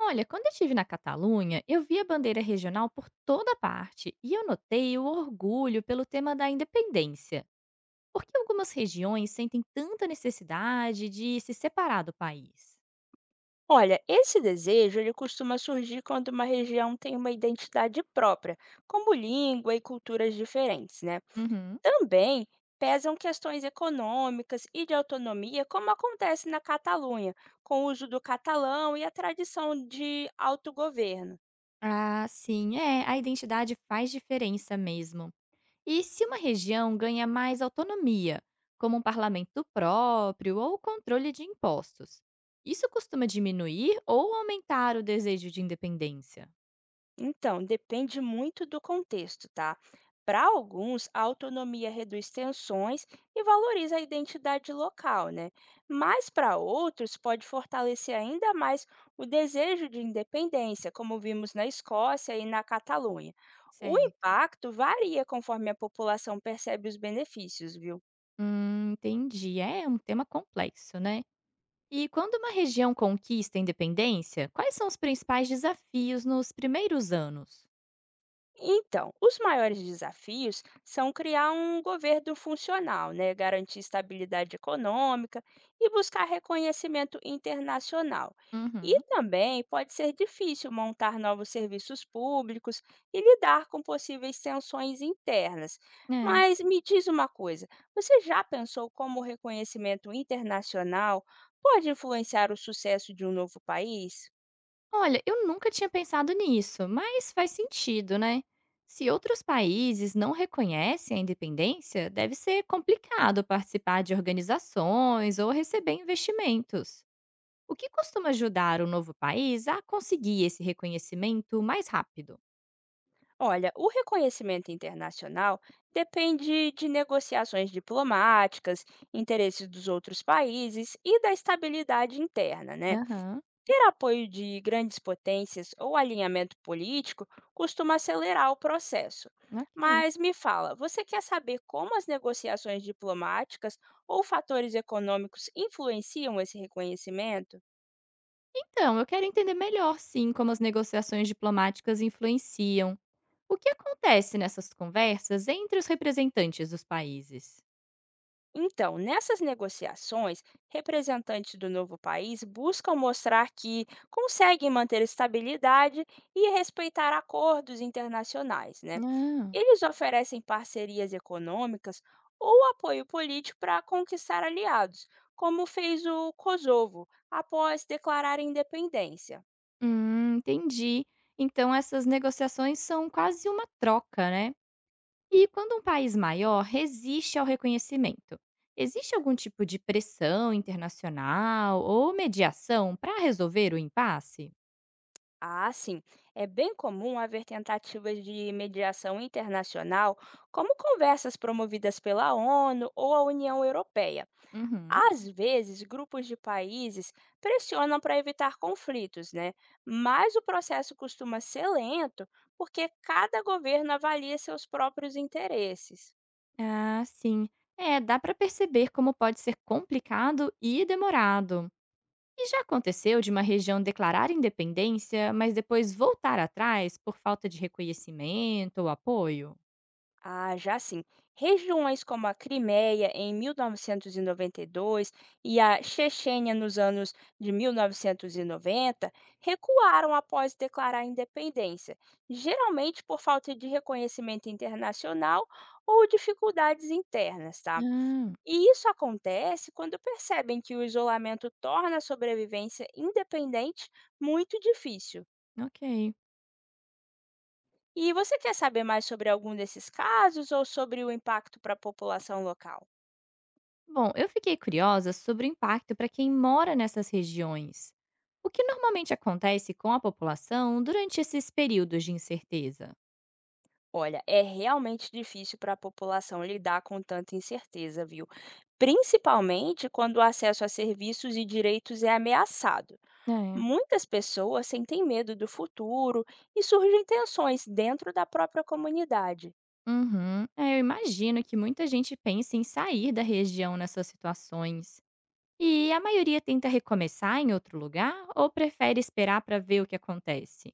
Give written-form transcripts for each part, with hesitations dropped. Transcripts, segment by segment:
Olha, quando eu estive na Catalunha, eu vi a bandeira regional por toda parte e eu notei o orgulho pelo tema da independência. Por que algumas regiões sentem tanta necessidade de se separar do país? Olha, esse desejo ele costuma surgir quando uma região tem uma identidade própria, como língua e culturas diferentes, né? Uhum. Também pesam questões econômicas e de autonomia, como acontece na Catalunha, com o uso do catalão e a tradição de autogoverno. Ah, sim, é, a identidade faz diferença mesmo. E se uma região ganha mais autonomia, como um parlamento próprio ou controle de impostos, isso costuma diminuir ou aumentar o desejo de independência? Então, depende muito do contexto, tá? Para alguns, a autonomia reduz tensões e valoriza a identidade local, né? Mas para outros, pode fortalecer ainda mais o desejo de independência, como vimos na Escócia e na Catalunha. O Certo. impacto varia conforme a população percebe os benefícios, viu? Entendi. É um tema complexo, né? E quando uma região conquista a independência, quais são os principais desafios nos primeiros anos? Então, os maiores desafios são criar um governo funcional, né, garantir estabilidade econômica e buscar reconhecimento internacional. E Uhum. também pode ser difícil montar novos serviços públicos e lidar com possíveis tensões internas. É. Mas me diz uma coisa: você já pensou como o reconhecimento internacional pode influenciar o sucesso de um novo país? Olha, eu nunca tinha pensado nisso, mas faz sentido, né? Se outros países não reconhecem a independência, deve ser complicado participar de organizações ou receber investimentos. O que costuma ajudar o novo país a conseguir esse reconhecimento mais rápido? Olha, o reconhecimento internacional depende de negociações diplomáticas, interesses dos outros países e da estabilidade interna, né? Aham, Ter apoio de grandes potências ou alinhamento político costuma acelerar o processo. ok. Mas me fala, você quer saber como as negociações diplomáticas ou fatores econômicos influenciam esse reconhecimento? Então, eu quero entender melhor, sim, como as negociações diplomáticas influenciam. O que acontece nessas conversas entre os representantes dos países? Então, nessas negociações, representantes do novo país buscam mostrar que conseguem manter estabilidade e respeitar acordos internacionais, né? Ah. Eles oferecem parcerias econômicas ou apoio político para conquistar aliados, como fez o Kosovo após declarar independência. Entendi. Então, essas negociações são quase uma troca, né? E quando um país maior resiste ao reconhecimento, existe algum tipo de pressão internacional ou mediação para resolver o impasse? Ah, sim. É bem comum haver tentativas de mediação internacional, como conversas promovidas pela ONU ou a União Europeia. Uhum. Às vezes, grupos de países pressionam para evitar conflitos, né? Mas o processo costuma ser lento porque cada governo avalia seus próprios interesses. Ah, sim. É, dá para perceber como pode ser complicado e demorado. E já aconteceu de uma região declarar independência, mas depois voltar atrás por falta de reconhecimento ou apoio? Ah, já sim. Regiões como a Crimeia em mil novecentos e noventa e dois e a Chechênia nos anos de 1990 recuaram após declarar independência, geralmente por falta de reconhecimento internacional ou dificuldades internas, tá? Ah, E isso acontece quando percebem que o isolamento torna a sobrevivência independente muito difícil. ok. E você quer saber mais sobre algum desses casos ou sobre o impacto para a população local? Bom, eu fiquei curiosa sobre o impacto para quem mora nessas regiões. O que normalmente acontece com a população durante esses períodos de incerteza? Olha, é realmente difícil para a população lidar com tanta incerteza, viu? Principalmente quando o acesso a serviços e direitos é ameaçado. É. Muitas pessoas sentem medo do futuro e surgem tensões dentro da própria comunidade. Uhum. É, eu imagino que muita gente pense em sair da região nessas situações. E a maioria tenta recomeçar em outro lugar ou prefere esperar para ver o que acontece?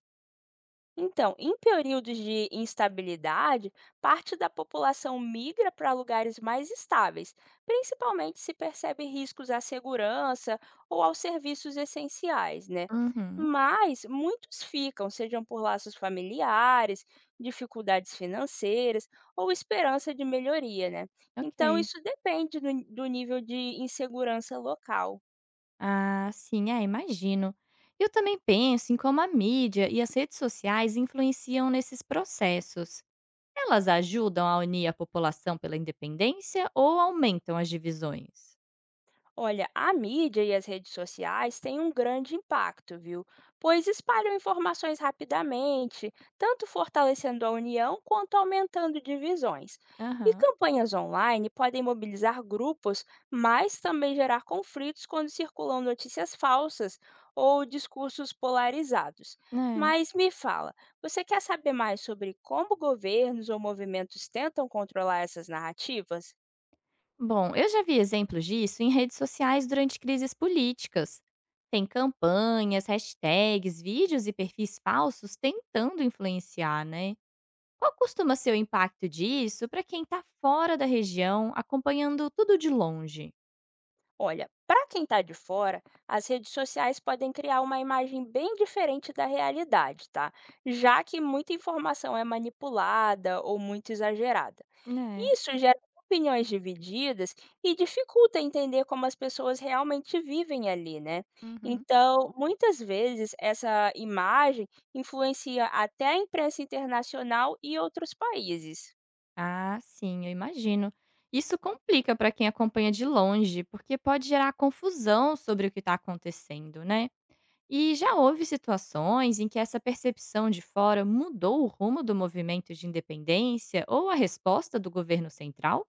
Então, em períodos de instabilidade, parte da população migra para lugares mais estáveis, principalmente se percebe riscos à segurança ou aos serviços essenciais, né? Uhum, Mas muitos ficam, sejam por laços familiares, dificuldades financeiras ou esperança de melhoria, né? Então, ok. isso depende do nível de insegurança local. Ah, sim, é, imagino. Eu também penso em como a mídia e as redes sociais influenciam nesses processos. Elas ajudam a unir a população pela independência ou aumentam as divisões? Olha, a mídia e as redes sociais têm um grande impacto, viu? Pois espalham informações rapidamente, tanto fortalecendo a união quanto aumentando divisões. E Aham, campanhas online podem mobilizar grupos, mas também gerar conflitos quando circulam notícias falsas ou discursos polarizados. é. Mas me fala, você quer saber mais sobre como governos ou movimentos tentam controlar essas narrativas? Bom, eu já vi exemplos disso em redes sociais durante crises políticas. Tem campanhas, hashtags, vídeos e perfis falsos tentando influenciar, né? Qual costuma ser o impacto disso para quem está fora da região, acompanhando tudo de longe? Olha, para quem está de fora, as redes sociais podem criar uma imagem bem diferente da realidade, tá? Já que muita informação é manipulada ou muito exagerada. Né? Isso gera opiniões divididas e dificulta entender como as pessoas realmente vivem ali, né? Uhum. Então, muitas vezes, essa imagem influencia até a imprensa internacional e outros países. Ah, sim, eu imagino. Isso complica para quem acompanha de longe, porque pode gerar confusão sobre o que está acontecendo, né? E já houve situações em que essa percepção de fora mudou o rumo do movimento de independência ou a resposta do governo central?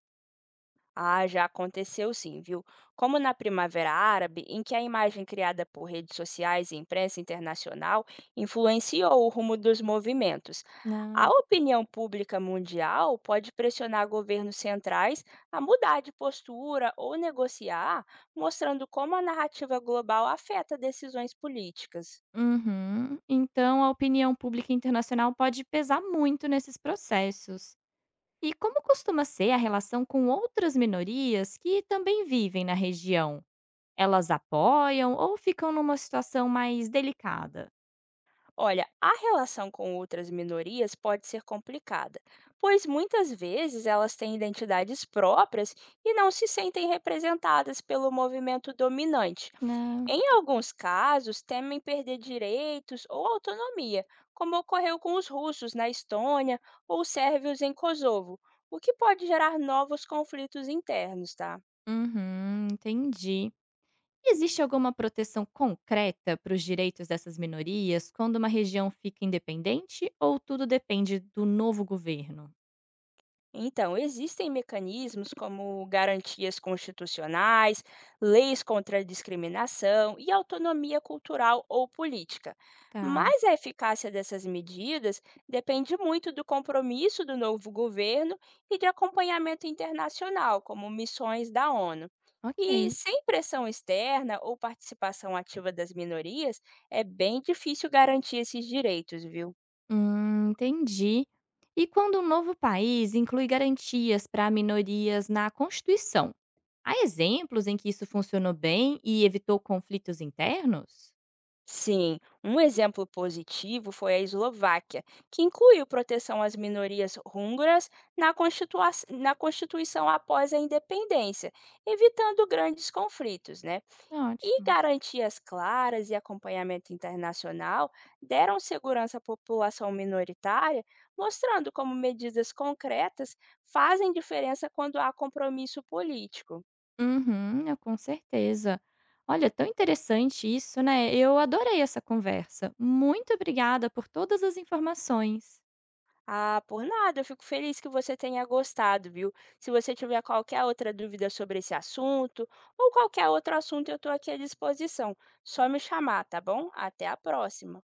Ah, já aconteceu sim, viu? Como na Primavera Árabe, em que a imagem criada por redes sociais e imprensa internacional influenciou o rumo dos movimentos. A Ah, opinião pública mundial pode pressionar governos centrais a mudar de postura ou negociar, mostrando como a narrativa global afeta decisões políticas. uhum. Então a opinião pública internacional pode pesar muito nesses processos. E como costuma ser a relação com outras minorias que também vivem na região? Elas apoiam ou ficam numa situação mais delicada? Olha, a relação com outras minorias pode ser complicada, pois muitas vezes elas têm identidades próprias e não se sentem representadas pelo movimento dominante. Não. Em alguns casos, temem perder direitos ou autonomia, como ocorreu com os russos na Estônia ou os sérvios em Kosovo, o que pode gerar novos conflitos internos, tá? Uhum, entendi. Existe alguma proteção concreta para os direitos dessas minorias quando uma região fica independente ou tudo depende do novo governo? Então, existem mecanismos como garantias constitucionais, leis contra a discriminação e autonomia cultural ou política. Tá, Mas a eficácia dessas medidas depende muito do compromisso do novo governo e de acompanhamento internacional, como missões da ONU. E ok. sem pressão externa ou participação ativa das minorias, é bem difícil garantir esses direitos, viu? Entendi. E quando um novo país inclui garantias para minorias na Constituição? Há exemplos em que isso funcionou bem e evitou conflitos internos? Sim, um exemplo positivo foi a Eslováquia, que incluiu proteção às minorias húngaras na Constituição após a independência, evitando grandes conflitos, né? E Ótimo. garantias claras e acompanhamento internacional deram segurança à população minoritária, mostrando como medidas concretas fazem diferença quando há compromisso político. Uhum, eu- com certeza. Olha, tão interessante isso, né? Eu adorei essa conversa. Muito obrigada por todas as informações. Ah, por nada, eu fico feliz que você tenha gostado, viu? Se você tiver qualquer outra dúvida sobre esse assunto ou qualquer outro assunto, eu estou aqui à disposição. Só me chamar, tá bom? Até a próxima!